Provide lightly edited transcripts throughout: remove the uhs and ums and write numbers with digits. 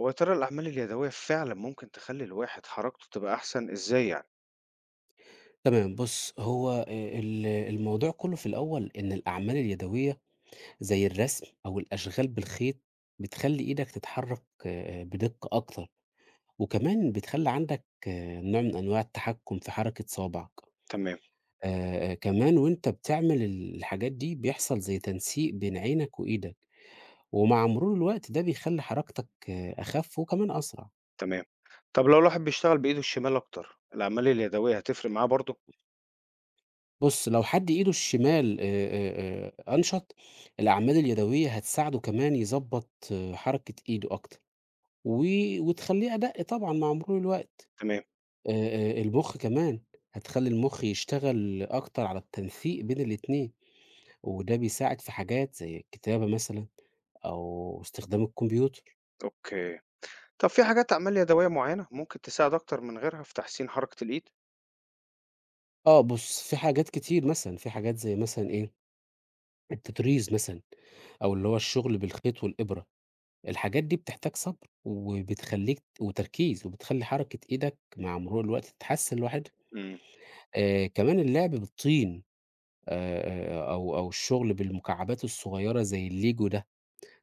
هو يا ترى الأعمال اليدوية فعلًا ممكن تخلّي الواحد حركته تبقى أحسن إزاي يعني؟ تمام بُص، هو ال الموضوع كُلّه في الأول إن الأعمال اليدوية زي الرسم أو الأشغال بالخيط، بتخلّي إيدك تتحرّك بدِقّة أكتر، وكمان بتخلّي عندك نوع من أنواع التحكُّم في حركة صوابعك. تمام، كمان وأنت بتعمل الحاجات دي بيحصل زي تنسيق بين عينك وإيدك، ومع مرور الوقت ده بيخلّي حركتك أخَف وكمان أسرع. تمام. طب لو الواحد بيشتغل بإيده الشمال أكتر، الأعمال اليدوية هتفرق معاه برضه؟ بُص، لو حد إيده الشمال أنشط، الأعمال اليدوية هتساعده كمان يضبّط حركة إيده أكتر، و وتخلّيه أدَق طبعًا مع مرور الوقت. تمام، المُخ كمان، هتخلّي المُخ يشتغل أكتر على التنسيق بين الاتنين، وده بيساعد في حاجات زي الكتابة مثلًا أو استخدام الكمبيوتر. أوكي. طب في حاجات أعمال يدوية معيّنة ممكن تساعد أكتر من غيرها في تحسين حركة الإيد؟ آه، بُص، في حاجات كتير مثلًا، في حاجات زي مثلًا إيه، التطريز مثلًا أو اللي هو الشغل بالخيط والإبرة. الحاجات دي بتحتاج صبر، وبتخلّيك وتركيز، وبتخلّي حركة إيدك مع مرور الوقت تتحسن لوحدها. إمم، كمان اللعب بالطين أو الشغل بالمكعبات الصغيرة زي الLego ده،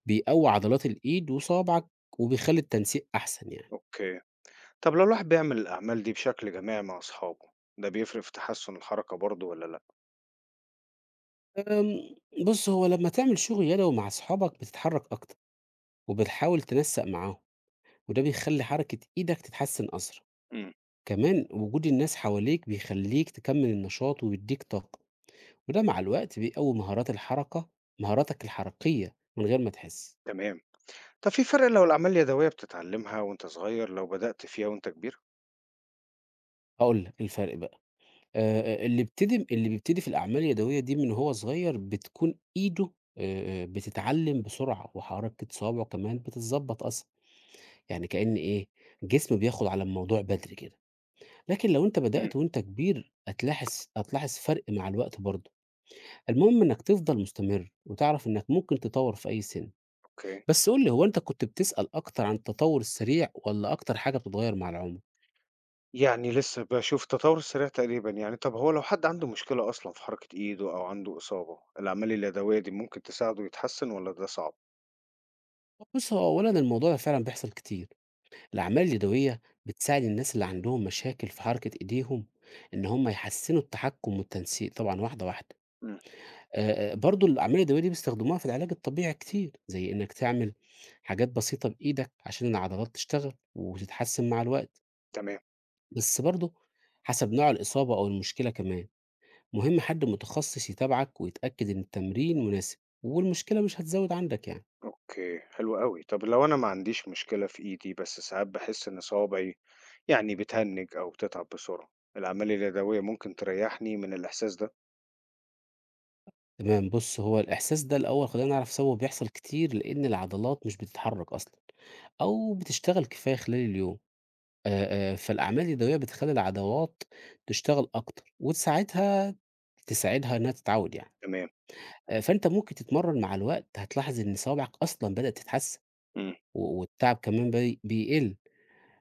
بيقوّي عضلات الإيد وصوابعك، وبيخلّي التنسيق أحسن يعني. أوكي. طب لو الواحد بيعمل الأعمال دي بشكل جماعي مع أصحابه، ده بيفرق في تحسّن الحركة برضه والّا لأ؟ آمم بُص، هو لمّا تعمل شغل يدوي مع أصحابك بتتحرك أكتر، وبتحاول تنسّق معاهم، وده بيخلّي حركة إيدك تتحسن أسرع. إمم، كمان وجود الناس حواليك بيخلّيك تكمّل النشاط ويدّيك طاقة. وده مع الوقت بيقوي مهاراتك الحركية من غير ما تحس. تمام. طب في فرق لو الأعمال اليدوية بتتعلمها وأنت صغير لو بدأت فيها وأنت كبير؟ هاقول لك الفرق بقى. اللي بيبتدي في الأعمال اليدوية دي من وهو صغير بتكون إيده بتتعلم بسرعة وحركة صوابعه كمان بتتضبط أسرع، يعني كأن إيه، جسمه بياخد على الموضوع بدري كده، لكن لو أنت إمم، بدأت وأنت كبير هتلاحظ فرق مع الوقت برضه، المهم إنك تفضل مستمر وتعرف إنك ممكن تطور في أي سن. أوكي. بس قُل لي هو أنت كنت بتسأل أكتر عن التطوّر السريع والّا أكتر حاجة بتتغيّر مع العمر؟ يعني لسه باشوف التطور السريع تقريبًا، يعني طَب هو لو حد عنده مشكلة أصلًا في حركة إيده أو عنده إصابة، الأعمال اليدوية دي ممكن تساعده يتحسّن والّا ده صعب؟ بُص، هو أولًا الموضوع ده فعلًا بيحصل كتير، الأعمال اليدوية بتساعد الناس اللي عندهم مشاكل في حركة إيديهم إن هم يحسّنوا التحكُم والتنسيق طبعًا واحدة، واحدة. إمم، برضه الأعمال اليدوية دي بيستخدموها في العلاج الطبيعي كتير، زي إنّك تعمل حاجات بسيطة بإيدك عشان العضلات تشتغل وتتحسّن مع الوقت، تمام، بس برضه حسب نوع الإصابة أو المشكلة كمان. مهم حد متخصص يتابعك ويتأكد إن التمرين مناسب والمشكلة مش هتزود عندك يعني. أوكي، حلو أوي. طَب لو أنا ما عنديش مشكلة في إيدي بس ساعات باحس إن صوابعي يعني بتهنِّج أو بتتعب بسرعة، الأعمال اليدوية ممكن تريّحني من الإحساس ده؟ تمام بص هو الإحساس ده الأول خلينا نعرف سوا بيحصل كتير لأن العضلات مش بتتحرك أصلا أو بتشتغل كفاية خلال اليوم. فالأعمال اليدوية بتخلي العضلات تشتغل أكتر وتساعدها إنها تتعود يعني. تمام، فأنت ممكن تتمرن مع الوقت هتلاحظ إن صوابعك أصلا بدأت تتحسن إمم، والتعب كمان بيقل.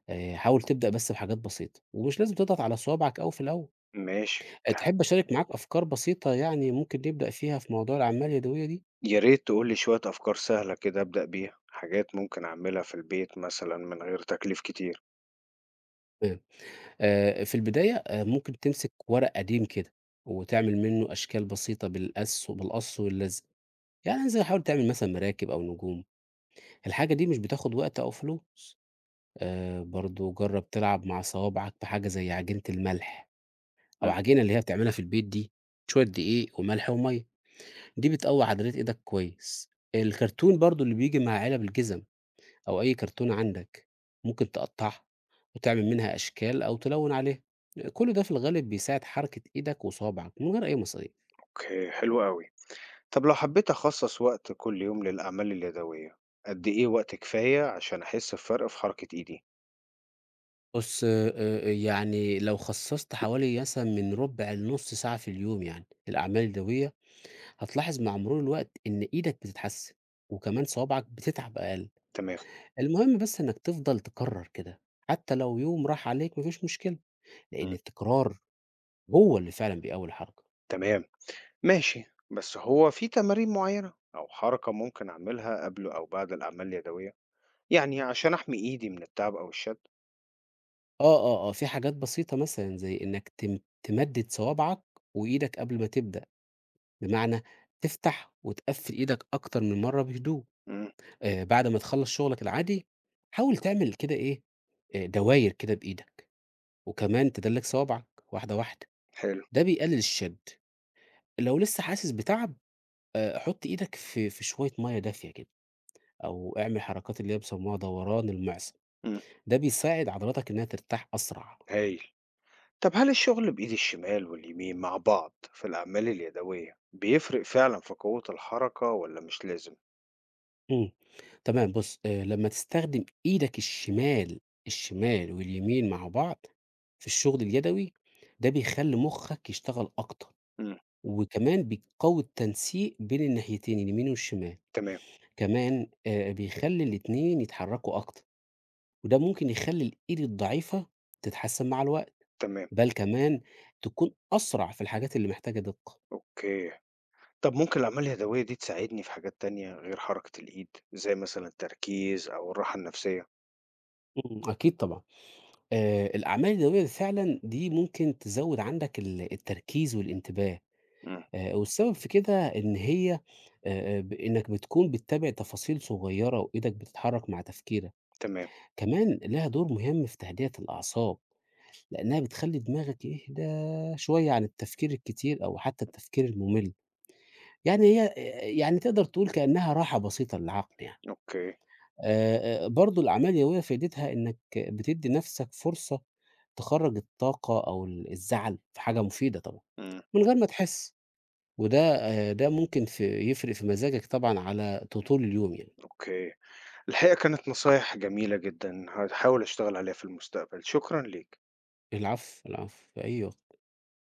حاول تبدأ بس بحاجات بسيطة ومش لازم تضغط على صوابعك أوي في الأول. ماشي، تحب أشارك معاك أفكار بسيطة يعني ممكن نبدأ فيها في موضوع العمالة اليدوية دي؟ يا ريت تقول لي شوية أفكار سهلة كده أبدأ بيها، حاجات ممكن أعملها في البيت مثلًا من غير تكليف كتير. تمام. في البداية ممكن تمسك ورق قديم كده، وتعمل منّه أشكال بسيطة بالقص واللزق. يعني زي حاول تعمل مثلًا مراكب أو نجوم، الحاجة دي مش بتاخد وقت أو فلوس. برضه جرّب تلعب مع صوابعك بحاجة زي عجينة الملح، أو إمم، عجينة اللي هي بتعملها في البيت دي، شوية دقيق وملح ومَيّة، دي بتقوّي عضلات إيدك كويس. الكرتون برضه اللي بييجي مع علب الجزم، أو أي كرتونة عندك، ممكن تقطّعها وتعمل منها أشكال أو تلوّن عليها. كل ده في الغالب بيساعد حركة إيدك وصوابعك من غير أي مصاريف. أوكي، حلو أوي. طب لو حبيت أخصص وقت كل يوم للأعمال اليدوية، قد إيه وقت كفاية عشان أحس بفرق في حركة إيدي؟ بُص يعني لو خصّصت حوالي مثلًا من ربع لنُص ساعة في اليوم يعني للأعمال اليدوية، هتلاحظ مع مرور الوقت إن إيدك بتتحسن، وكمان صوابعك بتتعب أقل. تمام، المهم بس إنك تفضل تكرّر كده، حتى لو يوم راح عليك ما فيش مشكلة، لإن مم. التكرار هو اللي فعلًا بيقوّي الحركة. تمام، ماشي، بس هو في تمارين معينة أو حركة ممكن أعملها قبل أو بعد الأعمال اليدوية؟ يعني عشان أحمي إيدي من التعب أو الشد؟ آه، آه، آه، في حاجات بسيطة مثلًا زي إنك تمدِّد صوابعك وإيدك قبل ما تبدأ، بمعنى تفتح وتقفّل إيدك أكتر من مرّة بهدوء، مم. بعد ما تخلّص شغلك العادي حاول تعمل كده إيه، دواير كده بإيدك، وكمان تدلّك صوابعك واحدة، واحدة، حلو، ده بيقلل الشَد. لو لسه حاسس بتعب حُط إيدك في شوية مَيّة دافية كده، أو اعمل حركات اللي هي بيسموها دوران المعصم، مم. ده بيساعد عضلاتك إنها ترتاح أسرع. هايل، طب هل الشغل بإيد الشمال واليمين مع بعض في الأعمال اليدوية بيفرق فعلا في قوة الحركة ولا مش لازم؟ إمم. تمام بُص، لمّا تستخدم إيدك الشمال واليمين مع بعض في الشغل اليدوي، ده بيخلّي مُخّك يشتغل أكتر، مم. وكمان بيقوي التنسيق بين الناحيتين اليمين والشمال. تمام، كمان بيخلّي الاتنين يتحرّكوا أكتر، وده ممكن يخلّي الإيد الضعيفة تتحسّن مع الوقت، تمام، بل كمان تكون أسرع في الحاجات اللي محتاجة دِقّة. أوكي. طب ممكن الأعمال اليدوية دي تساعدني في حاجات تانية غير حركة الإيد، زي مثلًا التركيز أو الراحة النفسية؟ إمم، أكيد طبعًا. الأعمال اليدوية فعلًا دي ممكن تزوّد عندك التركيز والانتباه. إمم، والسبب في كده إن هي ب إنك بتكون بتتابع تفاصيل صغيرة وإيدك بتتحرك مع تفكيرك، تمام، كمان لها دور مهم في تهدئة الأعصاب، لأنها بتخلّي دماغك يهدى شوية عن التفكير الكتير أو حتى التفكير المُمِل، يعني هي يعني تقدر تقول كأنها راحة بسيطة للعقل يعني. أوكي، برضه الأعمال اليومية فايدتها إنك بتدّي نَفْسك فرصة تخرّج الطاقة أو الزعل في حاجة مفيدة طبعًا، إمم، من غير ما تحس. وده ده ممكن في يفرق في مزاجك طبعًا على طول اليوم يعني. أوكي. الحقيقة كانت نصايح جميلة جدًا، هاحاول أشتغل عليها في المستقبل، شكرًا ليك. العفو، العفو، في أي وقت.